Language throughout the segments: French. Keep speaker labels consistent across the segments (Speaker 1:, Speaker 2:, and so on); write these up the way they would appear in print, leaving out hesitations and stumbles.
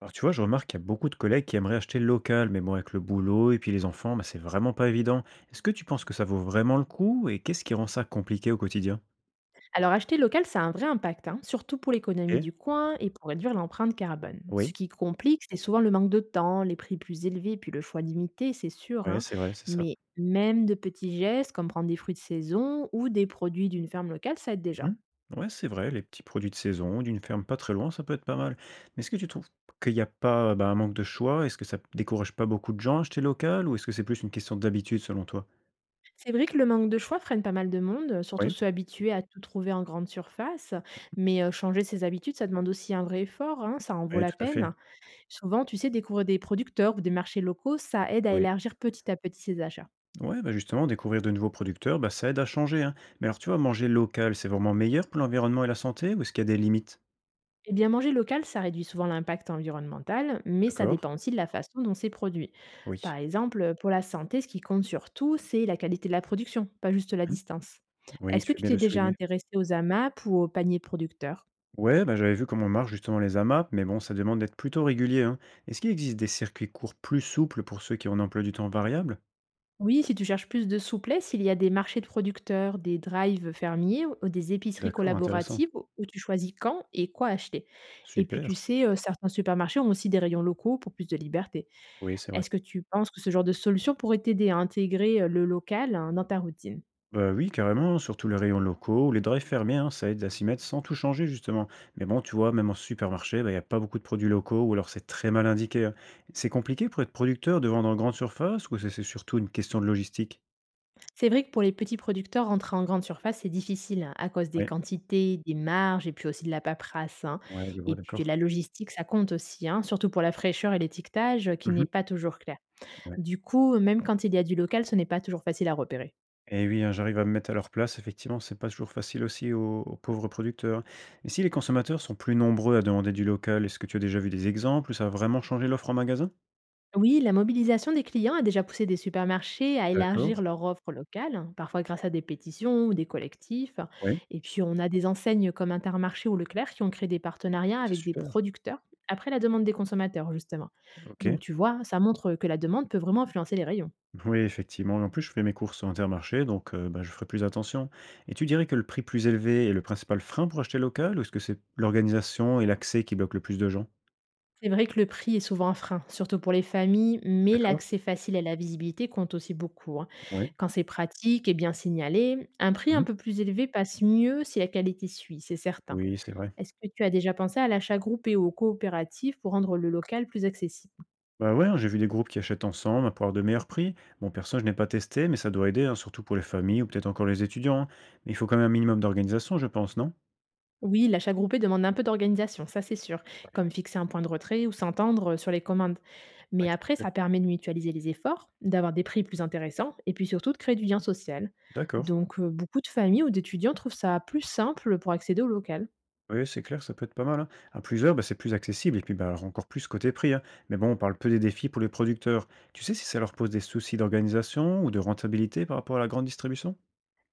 Speaker 1: Alors tu vois, je remarque qu'il y a beaucoup de collègues qui aimeraient acheter local, mais bon, avec le boulot et puis les enfants, bah, c'est vraiment pas évident. Est-ce que tu penses que ça vaut vraiment le coup et qu'est-ce qui rend ça compliqué au quotidien?
Speaker 2: Alors acheter local, ça a un vrai impact, hein, surtout pour l'économie
Speaker 1: Ok.
Speaker 2: du coin et pour réduire l'empreinte carbone. Ce
Speaker 1: Oui.
Speaker 2: qui complique, c'est souvent le manque de temps, les prix plus élevés, puis le choix limité, c'est sûr,
Speaker 1: Ouais,
Speaker 2: hein.
Speaker 1: c'est vrai, c'est ça.
Speaker 2: Mais même de petits gestes, comme prendre des fruits de saison ou des produits d'une ferme locale, ça aide déjà.
Speaker 1: Mhm. Ouais, c'est vrai, les petits produits de saison d'une ferme pas très loin, ça peut être pas mal. Mais est-ce que tu trouves qu'il n'y a pas bah, un manque de choix? Est-ce que ça décourage pas beaucoup de gens à acheter local ou est-ce que c'est plus une question d'habitude selon toi?
Speaker 2: C'est vrai que le manque de choix freine pas mal de monde, surtout
Speaker 1: Oui,
Speaker 2: ceux habitués à tout trouver en grande surface. Mais changer ses habitudes, ça demande aussi un vrai effort, hein, ça en vaut
Speaker 1: oui,
Speaker 2: la
Speaker 1: tout à fait.
Speaker 2: peine. Souvent, tu sais, découvrir des producteurs ou des marchés locaux, ça aide à
Speaker 1: Oui.
Speaker 2: élargir petit à petit ses achats.
Speaker 1: Ouais, bah justement, découvrir de nouveaux producteurs, bah ça aide à changer, hein. Mais alors, tu vois, manger local, c'est vraiment meilleur pour l'environnement et la santé ou est-ce qu'il y a des limites?
Speaker 2: Eh bien, manger local, ça réduit souvent l'impact environnemental, mais ça
Speaker 1: D'accord?
Speaker 2: dépend aussi de la façon dont c'est produit.
Speaker 1: Oui.
Speaker 2: Par exemple, pour la santé, ce qui compte surtout, c'est la qualité de la production, pas juste la
Speaker 1: Hmm,
Speaker 2: distance.
Speaker 1: oui,
Speaker 2: Est-ce
Speaker 1: tu
Speaker 2: que
Speaker 1: fais
Speaker 2: tu
Speaker 1: bien de
Speaker 2: t'es
Speaker 1: le
Speaker 2: déjà
Speaker 1: souligner.
Speaker 2: intéressé aux AMAP ou aux paniers producteurs?
Speaker 1: Ouais, bah j'avais vu comment marchent justement les AMAP, mais bon, ça demande d'être plutôt régulier, hein. Est-ce qu'il existe des circuits courts plus souples pour ceux qui ont un emploi du temps variable?
Speaker 2: Oui, si tu cherches plus de souplesse, il y a des marchés de producteurs, des drives fermiers ou des épiceries
Speaker 1: D'accord, intéressant.
Speaker 2: collaboratives où tu choisis quand et quoi acheter. Et puis, tu
Speaker 1: Super.
Speaker 2: sais, certains supermarchés ont aussi des rayons locaux pour plus de liberté.
Speaker 1: Oui, c'est vrai.
Speaker 2: Est-ce que tu penses que ce genre de solution pourrait t'aider à intégrer, le local, hein, dans ta routine?
Speaker 1: Bah, oui, carrément, surtout les rayons locaux ou les drives fermiers, hein, ça aide à s'y mettre sans tout changer justement. Mais bon, tu vois, même en supermarché, bah, il n'y a pas beaucoup de produits locaux ou alors c'est très mal indiqué, hein. C'est compliqué pour être producteur de vendre en grande surface ou c'est surtout une question de logistique?
Speaker 2: C'est vrai que pour les petits producteurs, rentrer en grande surface, c'est difficile, hein, à cause des
Speaker 1: Oui.
Speaker 2: quantités, des marges et puis aussi de la paperasse, hein,
Speaker 1: Ouais, ouais, je vois,
Speaker 2: et puis
Speaker 1: d'accord.
Speaker 2: la logistique, ça compte aussi, hein, surtout pour la fraîcheur et l'étiquetage, qui
Speaker 1: Mhm.
Speaker 2: n'est pas toujours clair.
Speaker 1: Ouais.
Speaker 2: Du coup, même quand il y a du local, ce n'est pas toujours facile à repérer.
Speaker 1: Et oui, hein, j'arrive à me mettre à leur place. Effectivement, c'est pas toujours facile aussi aux pauvres producteurs, hein. Et si les consommateurs sont plus nombreux à demander du local, est-ce que tu as déjà vu des exemples où ça a vraiment changé l'offre en magasin?
Speaker 2: Oui, la mobilisation des clients a déjà poussé des supermarchés à
Speaker 1: D'accord.
Speaker 2: élargir leur offre locale, hein, parfois grâce à des pétitions ou des collectifs.
Speaker 1: Oui,
Speaker 2: Et puis, on a des enseignes comme Intermarché ou Leclerc qui ont créé des partenariats
Speaker 1: c'est
Speaker 2: avec des
Speaker 1: super.
Speaker 2: producteurs après la demande des consommateurs, justement.
Speaker 1: Ok.
Speaker 2: Donc, tu vois, ça montre que la demande peut vraiment influencer les rayons.
Speaker 1: Oui, effectivement. Et en plus, je fais mes courses au Intermarché, donc bah, je ferai plus attention. Et tu dirais que le prix plus élevé est le principal frein pour acheter local, ou est-ce que c'est l'organisation et l'accès qui bloquent le plus de gens?
Speaker 2: C'est vrai que le prix est souvent un frein, surtout pour les familles, mais
Speaker 1: D'accord.
Speaker 2: l'accès facile à la visibilité compte aussi beaucoup, hein.
Speaker 1: Oui.
Speaker 2: Quand c'est pratique et bien signalé, un prix un
Speaker 1: Mhm.
Speaker 2: peu plus élevé passe mieux si la qualité suit, c'est certain.
Speaker 1: Oui, c'est vrai.
Speaker 2: Est-ce que tu as déjà pensé à l'achat groupé ou aux coopératives pour rendre le local plus accessible?
Speaker 1: Bah ouais, hein, j'ai vu des groupes qui achètent ensemble à pouvoir de meilleurs prix. Bon, perso, je n'ai pas testé, mais ça doit aider, hein, surtout pour les familles ou peut-être encore les étudiants, hein. Mais il faut quand même un minimum d'organisation, je pense, non?
Speaker 2: Oui, l'achat groupé demande un peu d'organisation, ça c'est sûr, comme fixer un point de retrait ou s'entendre sur les commandes.
Speaker 1: Oui,
Speaker 2: Mais
Speaker 1: tout
Speaker 2: après,
Speaker 1: à fait.
Speaker 2: ça permet de mutualiser les efforts, d'avoir des prix plus intéressants et puis surtout de créer du lien social.
Speaker 1: D'accord.
Speaker 2: Donc, beaucoup de familles ou d'étudiants trouvent ça plus simple pour accéder au local.
Speaker 1: Oui, c'est clair, ça peut être pas mal, hein. À plusieurs, bah, c'est plus accessible et puis bah, alors encore plus côté prix, hein. Mais bon, on parle peu des défis pour les producteurs. Tu sais si ça leur pose des soucis d'organisation ou de rentabilité par rapport à la grande distribution?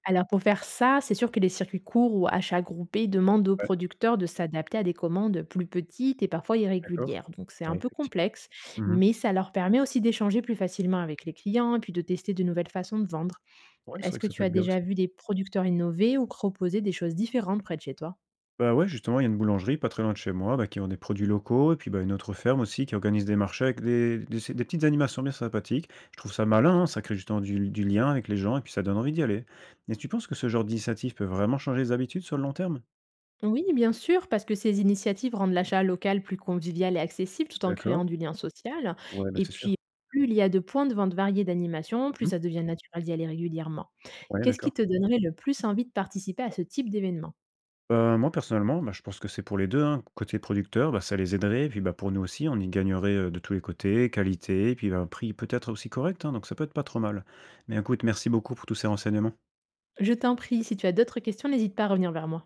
Speaker 2: Alors pour faire ça, c'est sûr que les circuits courts ou achats groupés demandent aux
Speaker 1: Ouais,
Speaker 2: producteurs de s'adapter à des commandes plus petites et parfois
Speaker 1: d'accord.
Speaker 2: irrégulières. Donc c'est un
Speaker 1: Ouais,
Speaker 2: peu
Speaker 1: effectivement.
Speaker 2: complexe,
Speaker 1: Mhm.
Speaker 2: mais ça leur permet aussi d'échanger plus facilement avec les clients et puis de tester de nouvelles façons de vendre.
Speaker 1: Ouais, c'est vrai
Speaker 2: Est-ce
Speaker 1: que
Speaker 2: que
Speaker 1: ça peut
Speaker 2: tu as
Speaker 1: être bien aussi.
Speaker 2: déjà vu des producteurs innover ou proposer des choses différentes près de chez toi?
Speaker 1: Bah ouais, justement, il y a une boulangerie pas très loin de chez moi bah, qui ont des produits locaux et puis bah, une autre ferme aussi qui organise des marchés avec des petites animations bien sympathiques. Je trouve ça malin, hein, ça crée justement du lien avec les gens et puis ça donne envie d'y aller. Et tu penses que ce genre d'initiative peut vraiment changer les habitudes sur le long terme?
Speaker 2: Oui, bien sûr, parce que ces initiatives rendent l'achat local plus convivial et accessible tout en
Speaker 1: D'accord.
Speaker 2: créant du lien social.
Speaker 1: Ouais, bah,
Speaker 2: Et
Speaker 1: c'est sûr.
Speaker 2: puis, plus il y a de points de vente variés d'animation, plus
Speaker 1: Mmh.
Speaker 2: ça devient naturel d'y aller régulièrement.
Speaker 1: Ouais,
Speaker 2: Qu'est-ce
Speaker 1: d'accord.
Speaker 2: qui te donnerait le plus envie de participer à ce type d'événement?
Speaker 1: Moi personnellement, bah, je pense que c'est pour les deux, hein. Côté producteur, bah, ça les aiderait et puis, bah, pour nous aussi, on y gagnerait, de tous les côtés, qualité et puis, bah, un prix peut-être aussi correct, hein, donc ça peut être pas trop mal. Mais écoute, merci beaucoup pour tous ces renseignements.
Speaker 2: Je t'en prie, si tu as d'autres questions, n'hésite pas à revenir vers moi.